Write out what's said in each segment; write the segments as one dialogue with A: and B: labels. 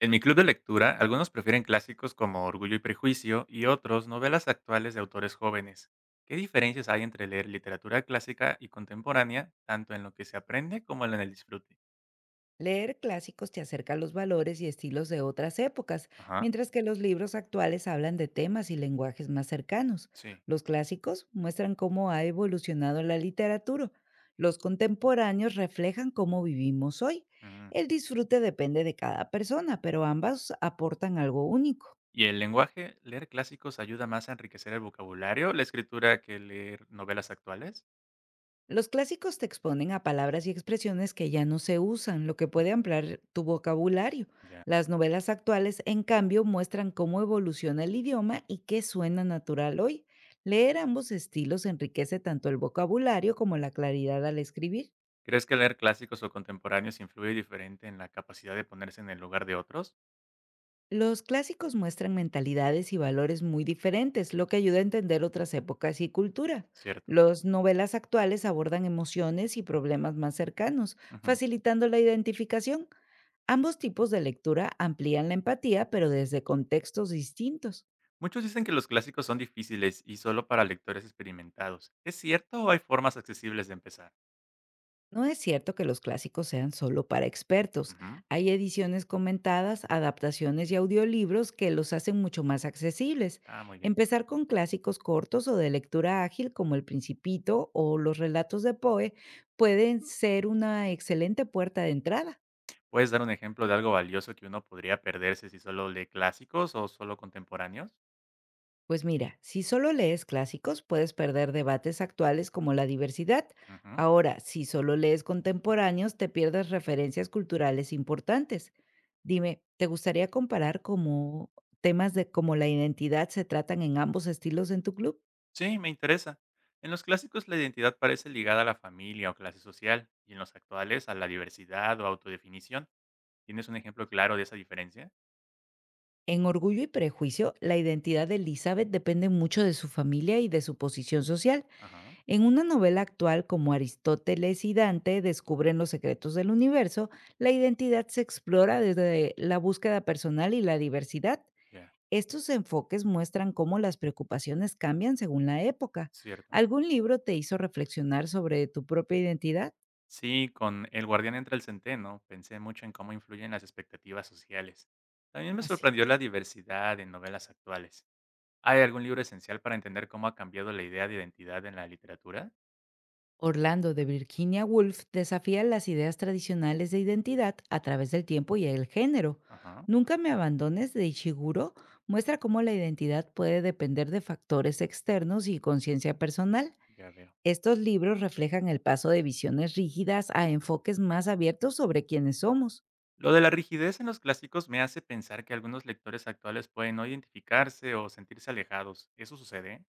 A: En mi club de lectura, algunos prefieren clásicos como Orgullo y Prejuicio y otros novelas actuales de autores jóvenes. ¿Qué diferencias hay entre leer literatura clásica y contemporánea, tanto en lo que se aprende como en el disfrute?
B: Leer clásicos te acerca a los valores y estilos de otras épocas,
A: Ajá,
B: mientras que los libros actuales hablan de temas y lenguajes más cercanos.
A: sí.
B: Los clásicos muestran cómo ha evolucionado la literatura. Los contemporáneos reflejan cómo vivimos hoy.
A: mm.
B: El disfrute depende de cada persona, pero ambas aportan algo único.
A: ¿Y el lenguaje? ¿Leer clásicos ayuda más a enriquecer el vocabulario, la escritura, que leer novelas actuales?
B: Los clásicos te exponen a palabras y expresiones que ya no se usan, lo que puede ampliar tu vocabulario.
A: Ya.
B: Las novelas actuales, en cambio, muestran cómo evoluciona el idioma y qué suena natural hoy. Leer ambos estilos enriquece tanto el vocabulario como la claridad al escribir.
A: ¿Crees que leer clásicos o contemporáneos influye diferente en la capacidad de ponerse en el lugar de otros?
B: Los clásicos muestran mentalidades y valores muy diferentes, lo que ayuda a entender otras épocas y cultura.
A: Cierto.
B: Las novelas actuales abordan emociones y problemas más cercanos,
A: Ujú.
B: facilitando la identificación. Ambos tipos de lectura amplían la empatía, pero desde contextos distintos.
A: Muchos dicen que los clásicos son difíciles y solo para lectores experimentados. ¿Es cierto o hay formas accesibles de empezar?
B: No es cierto que los clásicos sean solo para expertos.
A: Ujú.
B: Hay ediciones comentadas, adaptaciones y audiolibros que los hacen mucho más accesibles.
A: Ah, muy bien.
B: Empezar con clásicos cortos o de lectura ágil como El Principito o los relatos de Poe pueden ser una excelente puerta de entrada.
A: ¿Puedes dar un ejemplo de algo valioso que uno podría perderse si solo lee clásicos o solo contemporáneos?
B: Pues mira, si solo lees clásicos, puedes perder debates actuales como la diversidad.
A: Ujú.
B: Ahora, si solo lees contemporáneos, te pierdes referencias culturales importantes. Dime, ¿te gustaría comparar cómo temas de cómo la identidad se tratan en ambos estilos en tu club?
A: Sí, me interesa. En los clásicos la identidad parece ligada a la familia o clase social y en los actuales a la diversidad o autodefinición. ¿Tienes un ejemplo claro de esa diferencia?
B: En Orgullo y Prejuicio, la identidad de Elizabeth depende mucho de su familia y de su posición social.
A: Ajá,
B: En una novela actual como Aristóteles y Dante descubren los secretos del universo, la identidad se explora desde la búsqueda personal y la diversidad.
A: ya,
B: Estos enfoques muestran cómo las preocupaciones cambian según la época.
A: cierto.
B: ¿Algún libro te hizo reflexionar sobre tu propia identidad?
A: Sí, con El guardián entre el centeno pensé mucho en cómo influyen las expectativas sociales. También me
B: Así
A: sorprendió
B: es.
A: la diversidad en novelas actuales. ¿Hay algún libro esencial para entender cómo ha cambiado la idea de identidad en la literatura?
B: Orlando de Virginia Woolf desafía las ideas tradicionales de identidad a través del tiempo y el género.
A: Ajá,
B: Nunca me abandones de Ishiguro muestra cómo la identidad puede depender de factores externos y conciencia personal.
A: ya veo.
B: Estos libros reflejan el paso de visiones rígidas a enfoques más abiertos sobre quiénes somos.
A: Lo de la rigidez en los clásicos me hace pensar que algunos lectores actuales pueden no identificarse o sentirse alejados. ¿Eso sucede?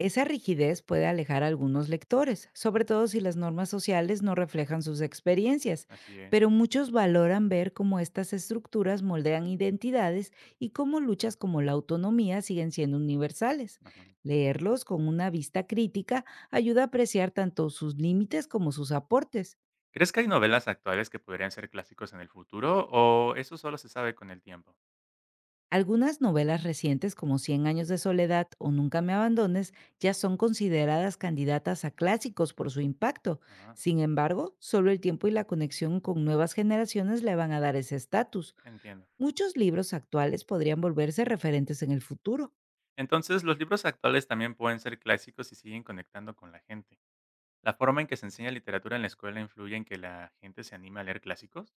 B: Esa rigidez puede alejar a algunos lectores, sobre todo si las normas sociales no reflejan sus experiencias,
A: Así es.
B: pero muchos valoran ver cómo estas estructuras moldean identidades y cómo luchas como la autonomía siguen siendo universales.
A: Ajá.
B: Leerlos con una vista crítica ayuda a apreciar tanto sus límites como sus aportes.
A: ¿Crees que hay novelas actuales que podrían ser clásicos en el futuro o eso solo se sabe con el tiempo?
B: Algunas novelas recientes como Cien años de soledad o Nunca me abandones ya son consideradas candidatas a clásicos por su impacto.
A: Ajá,
B: Sin embargo, solo el tiempo y la conexión con nuevas generaciones le van a dar ese estatus.
A: entiendo.
B: Muchos libros actuales podrían volverse referentes en el futuro.
A: Entonces, los libros actuales también pueden ser clásicos y siguen conectando con la gente. ¿La forma en que se enseña literatura en la escuela influye en que la gente se anime a leer clásicos?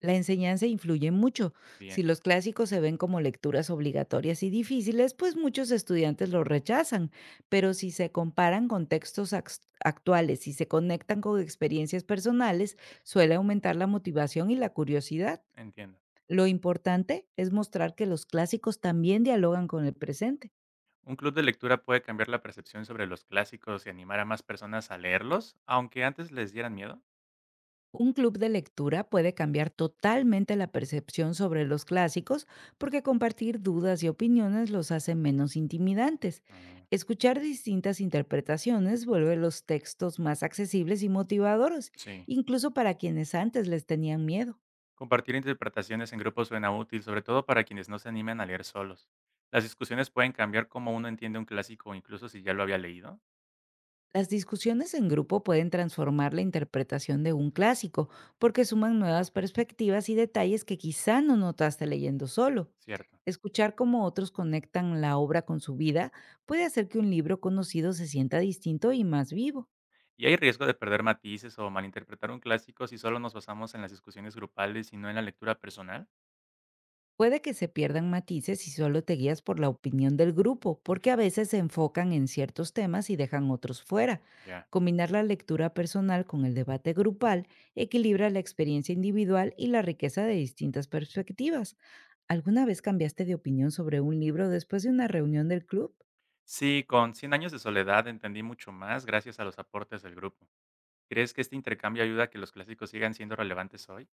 B: La enseñanza influye mucho.
A: Bien,
B: Si los clásicos se ven como lecturas obligatorias y difíciles, pues muchos estudiantes los rechazan, pero si se comparan con textos actuales y se conectan con experiencias personales, suele aumentar la motivación y la curiosidad.
A: entiendo.
B: Lo importante es mostrar que los clásicos también dialogan con el presente.
A: ¿Un club de lectura puede cambiar la percepción sobre los clásicos y animar a más personas a leerlos, aunque antes les dieran miedo?
B: Un club de lectura puede cambiar totalmente la percepción sobre los clásicos porque compartir dudas y opiniones los hace menos intimidantes.
A: Ah,
B: Escuchar distintas interpretaciones vuelve los textos más accesibles y motivadores,
A: sí.
B: incluso para quienes antes les tenían miedo.
A: Compartir interpretaciones en grupos suena útil, sobre todo para quienes no se animan a leer solos. Las discusiones pueden cambiar cómo uno entiende un clásico, incluso si ya lo había leído.
B: Las discusiones en grupo pueden transformar la interpretación de un clásico, porque suman nuevas perspectivas y detalles que quizá no notaste leyendo solo.
A: Cierto.
B: Escuchar cómo otros conectan la obra con su vida puede hacer que un libro conocido se sienta distinto y más vivo.
A: ¿Y hay riesgo de perder matices o malinterpretar un clásico si solo nos basamos en las discusiones grupales y no en la lectura personal?
B: Puede que se pierdan matices si solo te guías por la opinión del grupo, porque a veces se enfocan en ciertos temas y dejan otros fuera.
A: Ya.
B: Combinar la lectura personal con el debate grupal equilibra la experiencia individual y la riqueza de distintas perspectivas. ¿Alguna vez cambiaste de opinión sobre un libro después de una reunión del club?
A: Sí, con cien años de soledad entendí mucho más gracias a los aportes del grupo. ¿Crees que este intercambio ayuda a que los clásicos sigan siendo relevantes hoy?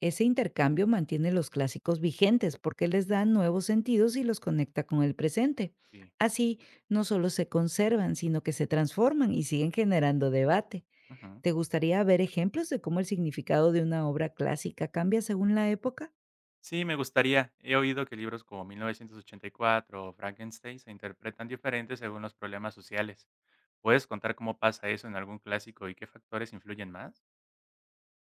B: Ese intercambio mantiene los clásicos vigentes porque les da nuevos sentidos y los conecta con el presente.
A: Sí.
B: Así, no solo se conservan, sino que se transforman y siguen generando debate.
A: Ujú.
B: ¿Te gustaría ver ejemplos de cómo el significado de una obra clásica cambia según la época?
A: Sí, me gustaría. He oído que libros como 1984 o Frankenstein se interpretan diferentes según los problemas sociales. ¿Puedes contar cómo pasa eso en algún clásico y qué factores influyen más?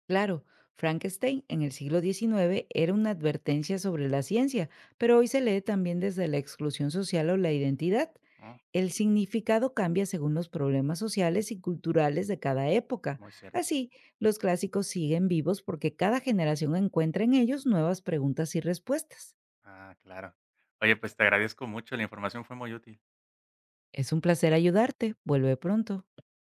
B: Claro, Frankenstein en el siglo XIX era una advertencia sobre la ciencia, pero hoy se lee también desde la exclusión social o la identidad.
A: Oh,
B: El significado cambia según los problemas sociales y culturales de cada época.
A: muy cierto.
B: Así, los clásicos siguen vivos porque cada generación encuentra en ellos nuevas preguntas y respuestas.
A: Ah, claro. Oye, pues te agradezco mucho, la información fue muy útil.
B: Es un placer ayudarte. Vuelve pronto.